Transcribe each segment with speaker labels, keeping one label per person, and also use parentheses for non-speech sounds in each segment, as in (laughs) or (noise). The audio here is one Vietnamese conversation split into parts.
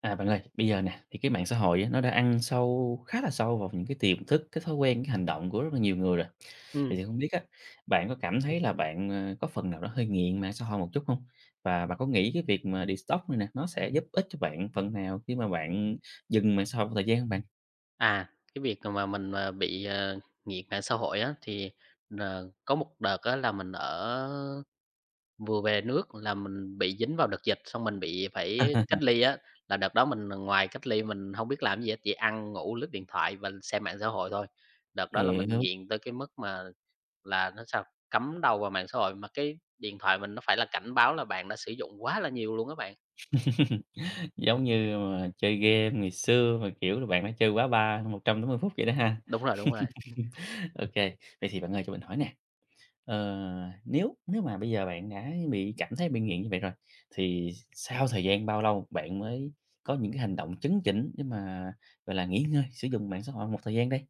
Speaker 1: À, bạn ơi, bây giờ nè, thì cái mạng xã hội á, nó đã ăn sâu khá là sâu vào những cái tiềm thức, cái thói quen, cái hành động của rất là nhiều người rồi.
Speaker 2: Ừm,
Speaker 1: Vậy thì không biết á, bạn có cảm thấy là bạn, có phần nào đó hơi nghiện mạng xã hội một chút không? Và bạn có nghĩ cái việc mà detox này nè, nó sẽ giúp ích cho bạn phần nào khi mà bạn dừng mạng xã hội một thời gian không bạn?
Speaker 2: à, cái việc mà mình, bị, nghiện mạng xã hội á, thì, có một đợt á là mình ở vừa về nước là mình bị dính vào đợt dịch, xong mình bị phải cách
Speaker 1: (laughs)
Speaker 2: ly á, là đợt đó mình ngoài cách ly mình không biết làm gì hết, chỉ ăn, ngủ, lướt điện thoại và xem mạng xã hội thôi. Đợt đó là mình
Speaker 1: Hiểu.
Speaker 2: nghiện tới cái mức mà là nó sao, cắm đầu vào mạng xã hội, mà cái điện thoại mình nó phải là cảnh báo là bạn đã sử dụng quá là nhiều luôn các bạn.
Speaker 1: (laughs) Giống như mà chơi game ngày xưa mà, kiểu là, bạn đã chơi quá 180 phút vậy đó ha.
Speaker 2: Đúng rồi, đúng rồi.
Speaker 1: (laughs) Ok, vậy thì bạn ơi cho mình hỏi nè, Ờ, nếu nếu mà bây giờ bạn đã bị cảm thấy bị nghiện như vậy rồi, thì sau thời gian bao lâu bạn mới có những cái hành động chấn chỉnh để mà, gọi là, nghỉ ngơi sử dụng mạng xã hội một thời gian đây?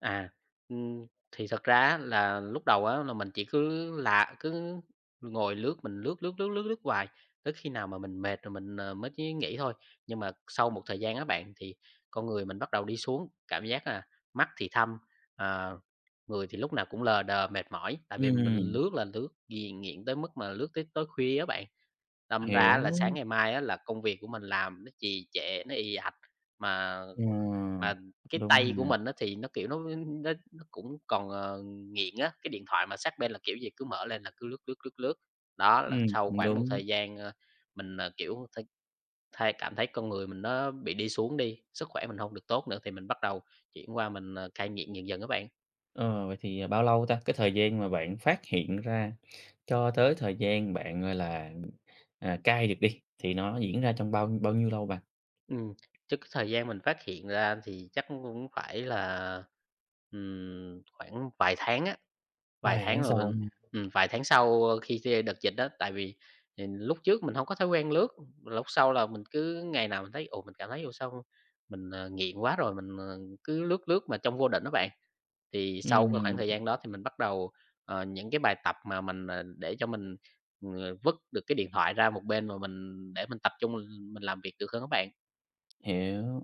Speaker 2: À, ừm, thì thật ra á là lúc đầu á là mình chỉ cứ lạ cứ ngồi lướt, mình lướt, lướt, lướt, lướt, lướt hoài, tới khi nào mà mình mệt rồi mình, mới chí nghỉ thôi. Nhưng mà sau một thời gian á bạn, thì con người mình bắt đầu đi xuống, cảm giác là mắt thì thâm, ờ, người thì lúc nào cũng lờ đờ, mệt mỏi, tại vì mình
Speaker 1: Ừm.
Speaker 2: lướt là lướt ghiền nghiện tới mức mà lướt tới tối khuya á bạn. Đâm ra là
Speaker 1: Hiểu.
Speaker 2: sáng ngày mai á là công việc của mình làm nó trì trệ, nó ì ạch, mà
Speaker 1: Ờ.
Speaker 2: mà cái
Speaker 1: Đúng
Speaker 2: tay của
Speaker 1: ha.
Speaker 2: mình á thì nó, kiểu, nó nó cũng còn, nghiện á, cái điện thoại mà sát bên là kiểu gì cứ mở lên là cứ lướt, lướt, lướt, lướt. Đó, là
Speaker 1: Ừm,
Speaker 2: sau
Speaker 1: cũng
Speaker 2: khoảng một
Speaker 1: đúng.
Speaker 2: thời gian, mình, kiểu, thay cảm thấy con người mình nó bị đi xuống đi, sức khỏe mình không được tốt nữa thì mình bắt đầu chuyển qua mình, cai nghiện dần dần các bạn.
Speaker 1: Ờ, vậy thì, à, bao lâu ta? Cái thời gian mà bạn phát hiện ra cho tới thời gian bạn, gọi là, à, cai được đi, thì nó diễn ra trong bao bao nhiêu lâu bạn?
Speaker 2: Ừm, chứ cái thời gian mình phát hiện ra thì chắc cũng phải là, khoảng vài tháng á. Vài
Speaker 1: Vài
Speaker 2: tháng
Speaker 1: tháng
Speaker 2: rồi
Speaker 1: sau
Speaker 2: mình
Speaker 1: ha.
Speaker 2: vài tháng sau khi đợt dịch đó, tại vì, lúc trước mình không có thói quen lướt, lúc sau là mình cứ ngày nào mình thấy, ồ, mình cảm thấy, vô sao mình, nghiện quá rồi mình, cứ lướt lướt mà trong vô định đó bạn. Thì sau cái khoảng
Speaker 1: Ừm,
Speaker 2: thời gian đó thì mình bắt đầu, những cái bài tập mà mình, để cho mình, vứt được cái điện thoại ra một bên mà mình để mình tập trung mình làm việc được hơn các bạn.
Speaker 1: hiểu.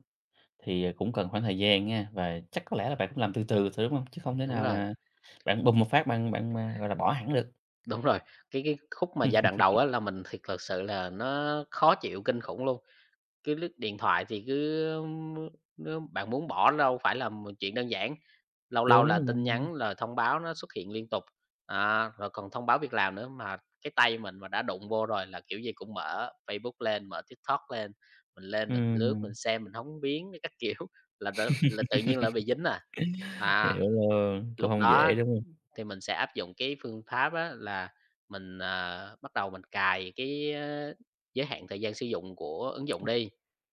Speaker 1: Thì, à, cũng cần khoảng thời gian nha, và chắc có lẽ là bạn cũng làm từ từ thôi, đúng không? Chứ không thể
Speaker 2: Đúng
Speaker 1: nào
Speaker 2: rồi.
Speaker 1: mà bạn bùng một phát bạn bạn mà, gọi là, bỏ hẳn được.
Speaker 2: Đúng rồi, cái khúc mà giai đoạn đầu á là mình thiệt thực sự là nó khó chịu kinh khủng luôn. Cái lứt điện thoại thì cứ, nếu bạn muốn bỏ nó đâu phải là một chuyện đơn giản, lâu lâu
Speaker 1: Đúng
Speaker 2: là tin
Speaker 1: luôn.
Speaker 2: nhắn, rồi thông báo nó xuất hiện liên tục, rồi còn thông báo việc làm nữa. Mà cái tay mình mà đã đụng vô rồi là kiểu gì cũng mở Facebook lên, mở TikTok lên mình lướt, mình
Speaker 1: Ừm,
Speaker 2: xem, mình hóng biếng các (laughs) kiểu là đ là tự nhiên là bị dính à. À,
Speaker 1: hiểu luôn, cũng
Speaker 2: lúc
Speaker 1: không dễ,
Speaker 2: đó
Speaker 1: đúng không?
Speaker 2: thì mình sẽ áp dụng cái phương pháp á là mình, bắt đầu mình cài cái, giới hạn thời gian sử dụng của ứng dụng đi.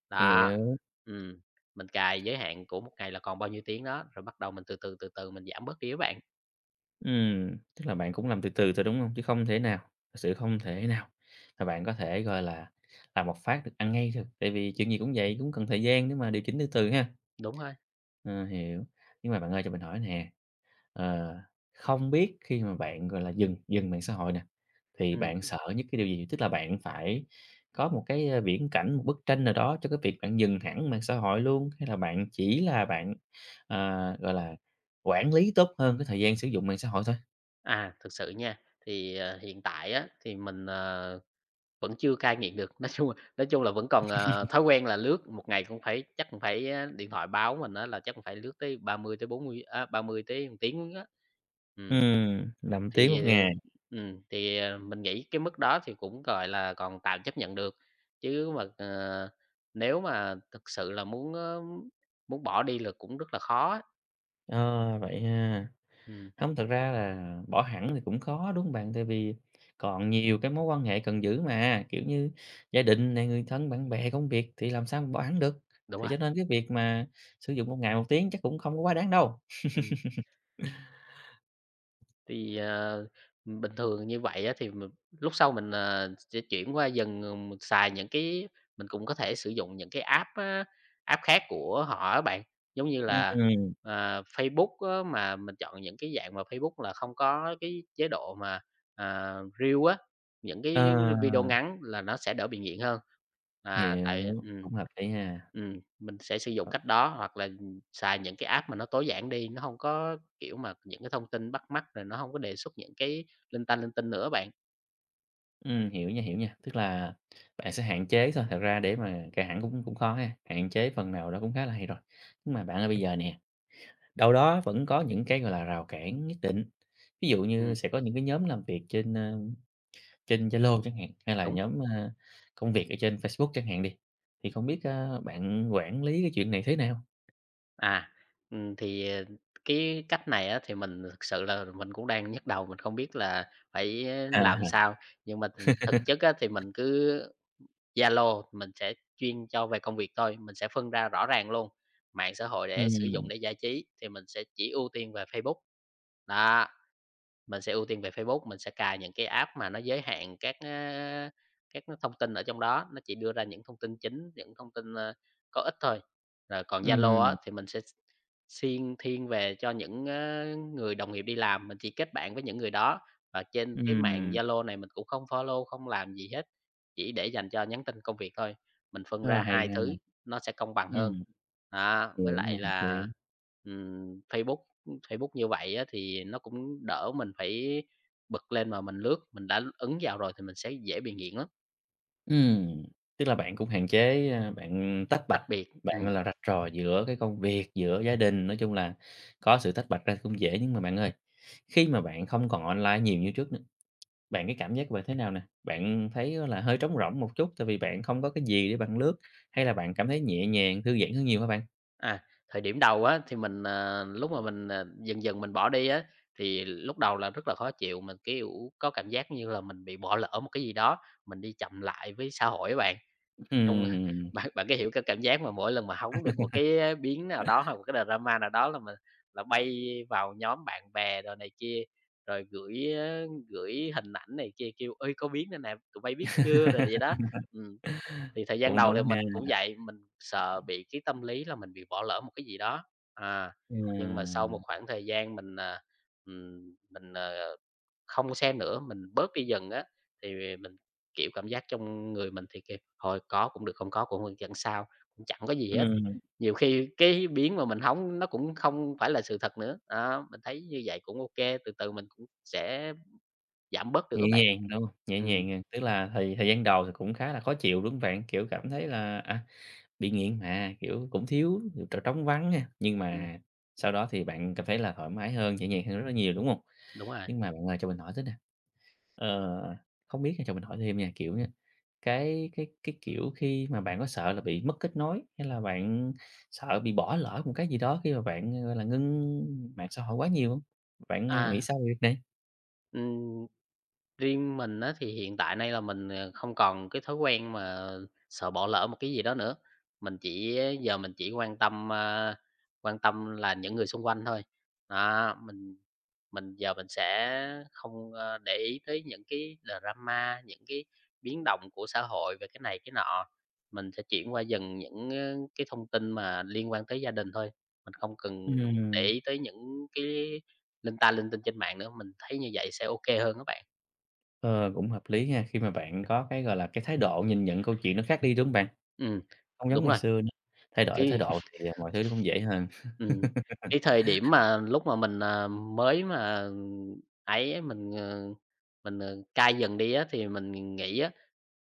Speaker 2: Đó,
Speaker 1: Hiểu.
Speaker 2: ừm, mình cài giới hạn của một ngày là còn bao nhiêu tiếng đó, rồi bắt đầu mình từ từ, từ từ mình giảm bớt đi các bạn.
Speaker 1: Ừm, tức là bạn cũng làm từ từ thôi, đúng không? Chứ không thể nào, thực sự không thể nào mà bạn có thể, gọi là, làm một phát được ăn ngay được, tại vì chuyện gì cũng vậy, cũng cần thời gian để mà điều chỉnh từ từ ha.
Speaker 2: Đúng rồi,
Speaker 1: Ờ, hiểu. Nhưng mà bạn ơi cho mình hỏi nè, ờ, không biết khi mà bạn, gọi là, dừng dừng mạng xã hội nè, thì
Speaker 2: ừm.
Speaker 1: bạn sợ nhất cái điều gì? Tức là bạn phải có một cái, viễn cảnh, một bức tranh nào đó cho cái việc bạn dừng hẳn mạng xã hội luôn, hay là bạn chỉ là bạn, à, gọi là, quản lý tốt hơn cái thời gian sử dụng mạng xã hội thôi?
Speaker 2: Thực sự nha, thì, hiện tại á thì mình, vẫn chưa cai nghiện được. (laughs) Nói chung là vẫn còn, thói quen là lướt, một ngày cũng phải chắc cũng phải á điện thoại báo mình á là chắc cũng phải lướt tới 30 tới 40, 30 tới 1 tiếng á. Ừm.
Speaker 1: 5 tiếng
Speaker 2: Thì,
Speaker 1: một ngày.
Speaker 2: mình nghĩ cái mức đó thì cũng, gọi là, còn tạm chấp nhận được, chứ mà, nếu mà thực sự là muốn, muốn bỏ đi là cũng rất là khó á.
Speaker 1: Ờ, vậy ha.
Speaker 2: Ừm,
Speaker 1: Hông, thật ra là bỏ hẳn thì cũng khó, đúng không bạn? Tại vì còn nhiều cái mối quan hệ cần giữ mà, kiểu như, gia đình này người thân, bạn bè, công việc thì làm sao mà bỏ hẳn được.
Speaker 2: đúng
Speaker 1: Thì
Speaker 2: rồi.
Speaker 1: cho nên cái việc mà sử dụng một ngày một tiếng chắc cũng không có quá đáng đâu.
Speaker 2: Ừm. Thì, bình thường như vậy á thì mình lúc sau mình, sẽ chuyển qua dần, mình xài những cái mình cũng có thể sử dụng những cái app á, app khác của họ á bạn. Giống như là,
Speaker 1: Ừm.
Speaker 2: Facebook á, mà mình chọn những cái dạng mà Facebook là không có cái chế độ mà, Reel á, những cái
Speaker 1: Ờ,
Speaker 2: video ngắn là nó sẽ đỡ bị nghiện hơn. À, tại
Speaker 1: hiểu, cũng hợp lý ha.
Speaker 2: mình sẽ sử dụng
Speaker 1: Ờ.
Speaker 2: cách đó hoặc là, xài những cái app mà nó tối giản đi, nó không có kiểu mà, những cái thông tin bắt mắt rồi nó không có đề xuất những cái linh ta linh tinh nữa bạn.
Speaker 1: Hiểu nha, tức là bạn sẽ hạn chế thôi, thật ra để mà cà hẳn cũng cũng khó ha, hạn chế phần nào đó cũng khá là hay rồi. Nhưng mà bạn ơi, bây giờ nè, đâu đó vẫn có những cái, gọi là, rào cản nhất định, ví dụ như
Speaker 2: Ừm,
Speaker 1: sẽ có những cái nhóm làm việc trên, trên Zalo chẳng hạn, hay là
Speaker 2: đúng.
Speaker 1: nhóm, công việc ở trên Facebook chẳng hạn đi, thì không biết, bạn quản lý cái chuyện này thế nào?
Speaker 2: À, thì, cái cách này á thì mình thực sự là mình cũng đang nhức đầu, mình không biết là phải
Speaker 1: À
Speaker 2: làm
Speaker 1: ha.
Speaker 2: sao. Nhưng mà thực chất á thì mình cứ Zalo mình sẽ chuyên cho về công việc thôi, mình sẽ phân ra rõ ràng luôn. Mạng xã hội để sử dụng
Speaker 1: Ừm.
Speaker 2: để giải trí thì mình sẽ chỉ ưu tiên về Facebook, đó. Mình sẽ ưu tiên về Facebook, mình sẽ cài những cái app mà nó giới hạn các, các cái thông tin ở trong đó, nó chỉ đưa ra những thông tin chính, những thông tin, có ích thôi. Rồi còn Zalo á
Speaker 1: Ừm.
Speaker 2: thì mình sẽ siêng thiên về cho những, người đồng nghiệp đi làm, mình chỉ kết bạn với những người đó. Và trên cái mạng
Speaker 1: Ừm.
Speaker 2: Zalo này mình cũng không follow, không làm gì hết, chỉ để dành cho nhắn tin công việc thôi. Mình phân
Speaker 1: Ờ,
Speaker 2: ra
Speaker 1: hay
Speaker 2: hai
Speaker 1: ha.
Speaker 2: thứ nó sẽ công bằng hơn.
Speaker 1: Ừm,
Speaker 2: Đó, với
Speaker 1: hiểu
Speaker 2: lại
Speaker 1: nha, hợp lý.
Speaker 2: là, Facebook Facebook như vậy á, thì nó cũng đỡ mình phải bật lên mà mình lướt, mình đã ấn vào rồi thì mình sẽ dễ bị nghiện lắm,
Speaker 1: Ừm, tức là bạn cũng hạn chế, bạn tách bạch,
Speaker 2: đặc biệt
Speaker 1: bạn, là, rạch ròi giữa cái công việc, giữa gia đình, nói chung là có sự tách bạch ra cũng dễ. Nhưng mà bạn ơi, khi mà bạn không còn online nhiều như trước nữa, bạn cái cảm giác của bạn thế nào nè? Bạn thấy là hơi trống rỗng một chút tại vì bạn không có cái gì để bạn lướt, hay là bạn cảm thấy nhẹ nhàng, thư giãn hơn nhiều hả bạn?
Speaker 2: thời điểm đầu á, thì mình, lúc mà mình, dần dần mình bỏ đi á, thì lúc đầu là rất là khó chịu, mình, kiểu, có cảm giác như là mình bị bỏ lỡ một cái gì đó, mình đi chậm lại với xã hội á bạn. Chung là (laughs)
Speaker 1: Ừm.
Speaker 2: bạn bạn có hiểu cái cảm giác mà mỗi lần mà hóng được một cái, biến nào đó hoặc một cái drama nào đó là mình là bay vào nhóm bạn bè rồi này kia, rồi gửi, gửi hình ảnh này kia, kêu: ơi có biến này nè, tụi bay biết chưa?" rồi vậy đó.
Speaker 1: (laughs)
Speaker 2: Ừm, thì thời gian
Speaker 1: Cũng
Speaker 2: đầu thì
Speaker 1: đúng
Speaker 2: mình
Speaker 1: ha.
Speaker 2: cũng vậy, mình sợ bị cái tâm lý là mình bị bỏ lỡ một cái gì đó, à, nhưng mà sau một
Speaker 1: Ừm.
Speaker 2: khoảng thời gian mình, mình, không xem nữa, mình bớt đi dần á, thì mình, kiểu, cảm giác trong người mình thì kêu thôi có cũng được, không có cũng vẫn sao, cũng chẳng có gì hết.
Speaker 1: Ừm,
Speaker 2: Nhiều khi cái biến mà mình hóng nó cũng không phải là sự thật nữa, đó, mình thấy như vậy cũng ok từ từ mình cũng sẽ giảm bớt được
Speaker 1: nhẹ
Speaker 2: các bạn.
Speaker 1: nhàng, đúng không? Nhẹ
Speaker 2: Ừm,
Speaker 1: nhàng, à, tức là thời thời gian đầu thì cũng khá là khó chịu, đúng không bạn? Kiểu, cảm thấy là, à, bị nghiện mà, kiểu, cũng thiếu, kiểu, trống vắng ha, nhưng
Speaker 2: ừm,
Speaker 1: mà sau đó thì bạn cảm thấy là thoải mái hơn, nhẹ nhàng hơn rất là nhiều, đúng không?
Speaker 2: đúng rồi.
Speaker 1: Nhưng mà bạn ơi, cho mình hỏi thế nè, ờ, không biết nha, cho mình hỏi thêm nha, kiểu nha, kiểu, khi mà bạn có sợ là bị mất kết nối, hay là bạn sợ bị bỏ lỡ một cái gì đó khi mà bạn, gọi là, ngưng mạng xã hội quá nhiều không? Bạn, à, nghĩ
Speaker 2: À,
Speaker 1: sao về việc này?
Speaker 2: ừm. Riêng mình á, thì hiện tại nay là mình, không còn cái thói quen mà sợ bỏ lỡ một cái gì đó nữa. Mình chỉ giờ mình chỉ quan tâm, quan tâm là những người xung quanh thôi. Đó, mình giờ mình sẽ không, để ý tới những cái drama, những cái biến động của xã hội về cái này cái nọ. Mình sẽ chuyển qua dần những, cái thông tin mà liên quan tới gia đình thôi. Mình không cần để
Speaker 1: Ừm,
Speaker 2: ý tới những cái linh ta linh tinh trên mạng nữa, mình thấy như vậy sẽ ok hơn các bạn.
Speaker 1: ờ, cũng hợp lý ha, khi mà bạn có cái, gọi là, cái thái độ nhìn nhận câu chuyện nó khác đi, đúng không bạn?
Speaker 2: Ừm,
Speaker 1: Không giống
Speaker 2: đúng
Speaker 1: ngày
Speaker 2: rồi,
Speaker 1: xưa nữa, thay đổi thái
Speaker 2: cái
Speaker 1: độ
Speaker 2: (laughs)
Speaker 1: thì, à, mọi thứ nó cũng dễ hơn.
Speaker 2: ừm, cái thời điểm mà lúc mà mình, mới mà ấy mình, mình, cai dần đi á, thì mình nghĩ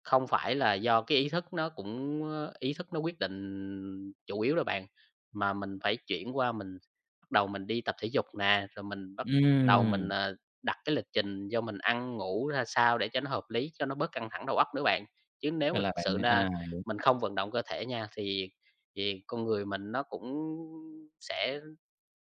Speaker 2: không phải là do cái ý thức nó cũng, ý thức nó quyết định chủ yếu đó bạn, mà mình phải chuyển qua mình bắt đầu mình đi tập thể dục nè, rồi mình bắt đầu mình,
Speaker 1: Ừm,
Speaker 2: đặt cái lịch trình cho mình ăn ngủ ra sao để cho nó hợp lý, cho nó bớt căng thẳng đầu óc nữa bạn. Chứ nếu
Speaker 1: vậy
Speaker 2: mà
Speaker 1: là
Speaker 2: thực
Speaker 1: bạn
Speaker 2: sự là
Speaker 1: à,
Speaker 2: mình không vận động cơ thể nha, thì con người mình nó cũng sẽ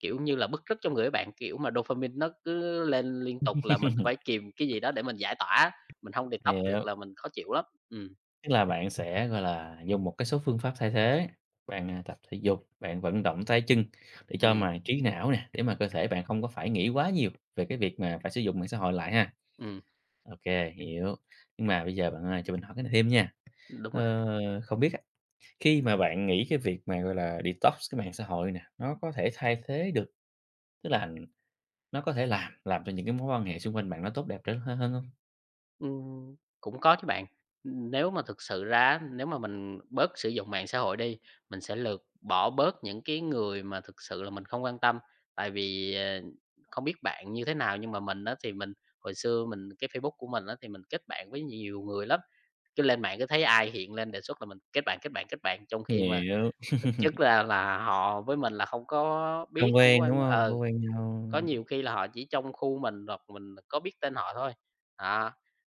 Speaker 2: kiểu như là, bứt rứt trong người á bạn, kiểu mà dopamine nó cứ lên liên tục là mình phải kìm cái gì đó để mình giải tỏa, mình hông detox được
Speaker 1: hiểu,
Speaker 2: là mình khó chịu lắm.
Speaker 1: tức là bạn sẽ, gọi là, dùng một cái số phương pháp thay thế, bạn, à, tập thể dục, bạn vận động tay chân để cho
Speaker 2: Ừm,
Speaker 1: mà trí não nè, để mà cơ thể bạn không có phải nghĩ quá nhiều về cái việc mà phải sử dụng mạng xã hội lại ha.
Speaker 2: ừm,
Speaker 1: Ô kê, hiểu. Nhưng mà bây giờ bạn ơi, cho mình hỏi cái này thêm nha.
Speaker 2: đúng rồi.
Speaker 1: Ờ, không biết á, khi mà bạn nghĩ cái việc mà, gọi là, detox cái mạng xã hội nè, nó có thể thay thế được, tức là nó có thể làm cho những cái mối quan hệ xung quanh bạn nó tốt đẹp trở hơn hơn hông?
Speaker 2: Ừm, cũng có chứ bạn, nếu mà thực sự ra á, nếu mà mình bớt sử dụng mạng xã hội đi, mình sẽ lược bỏ bớt những cái người mà thực sự là mình không quan tâm. Tại vì, không biết bạn như thế nào nhưng mà mình á thì mình hồi xưa mình cái Facebook của mình á thì mình kết bạn với nhiều người lắm, cứ lên mạng cứ thấy ai hiện lên đề xuất là mình kết bạn, kết bạn, kết bạn, trong khi mà
Speaker 1: Hiểu.
Speaker 2: thực chất
Speaker 1: (laughs)
Speaker 2: là họ với mình là không có biết,
Speaker 1: Không
Speaker 2: không có
Speaker 1: quen, đúng
Speaker 2: quan
Speaker 1: hông? Hông có quen nhau.
Speaker 2: có nhiều khi là họ chỉ trong khu mình hoặc mình có biết tên họ thôi. Đó,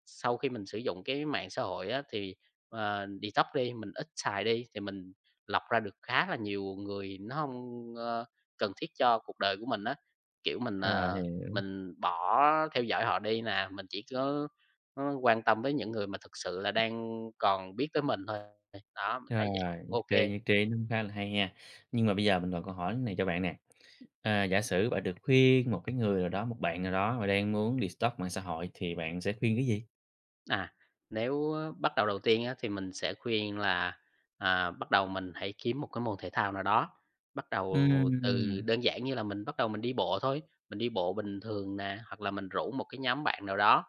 Speaker 2: sau khi mình sử dụng cái mạng xã hội á, thì, detox đi, mình ít xài đi thì mình lọc ra được khá là nhiều người nó không cần thiết cho cuộc đời của mình á. Kiểu, mình,
Speaker 1: Rồi, hiểu.
Speaker 2: mình bỏ theo dõi họ đi nè, mình chỉ có, quan tâm với những người mà thực sự là đang còn biết tới mình thôi. Đó, mình
Speaker 1: Rồi,
Speaker 2: thấy vậy cũng ok.
Speaker 1: nhất trí, nó cũng khá là hay ha. Nhưng mà bây giờ mình còn câu hỏi này cho bạn nè, à, giả sử bạn được khuyên một cái người nào đó, một bạn nào đó mà đang muốn detox mạng xã hội thì bạn sẽ khuyên cái gì?
Speaker 2: À, nếu, bắt đầu đầu tiên á, thì mình sẽ khuyên là, bắt đầu mình hãy kiếm một cái môn thể thao nào đó, bắt đầu từ
Speaker 1: Ừm,
Speaker 2: đơn giản như là mình bắt đầu mình đi bộ thôi, mình đi bộ bình thường nè, hoặc là mình rủ một cái nhóm bạn nào đó,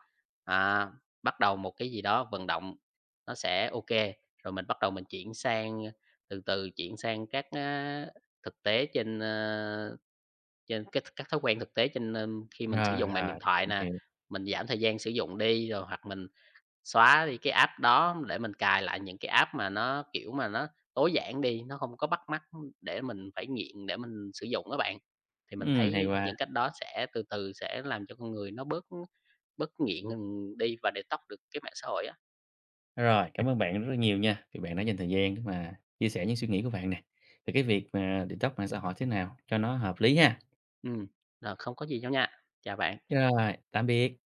Speaker 2: à, bắt đầu một cái gì đó vận động nó sẽ ok. Rồi mình bắt đầu mình chuyển sang từ từ chuyển sang các, thực tế trên, trên các thói quen thực tế trên, khi mình sử
Speaker 1: rồi,
Speaker 2: dụng mạng điện
Speaker 1: rồi, hiểu,
Speaker 2: thoại nè,
Speaker 1: hiểu.
Speaker 2: mình giảm thời gian sử dụng đi, rồi hoặc mình xóa đi cái app đó để mình cài lại những cái app mà nó, kiểu, mà nó tối giản đi, nó không có bắt mắt để mình phải nghiện để mình sử dụng á bạn. Thì mình
Speaker 1: Hay
Speaker 2: thấy
Speaker 1: quá.
Speaker 2: những cách đó sẽ từ từ sẽ làm cho con người nó bớt bớt nghiện, đi và detox được cái mạng xã hội á.
Speaker 1: Rồi, cảm ơn bạn rất là nhiều nha, vì bạn đã dành thời gian để mà chia sẻ những suy nghĩ của bạn nè, về cái việc mà detox mạng xã hội thế nào cho nó hợp lý ha.
Speaker 2: Ừm, rồi không có gì đâu nha. Chào bạn.
Speaker 1: Rồi, tạm biệt.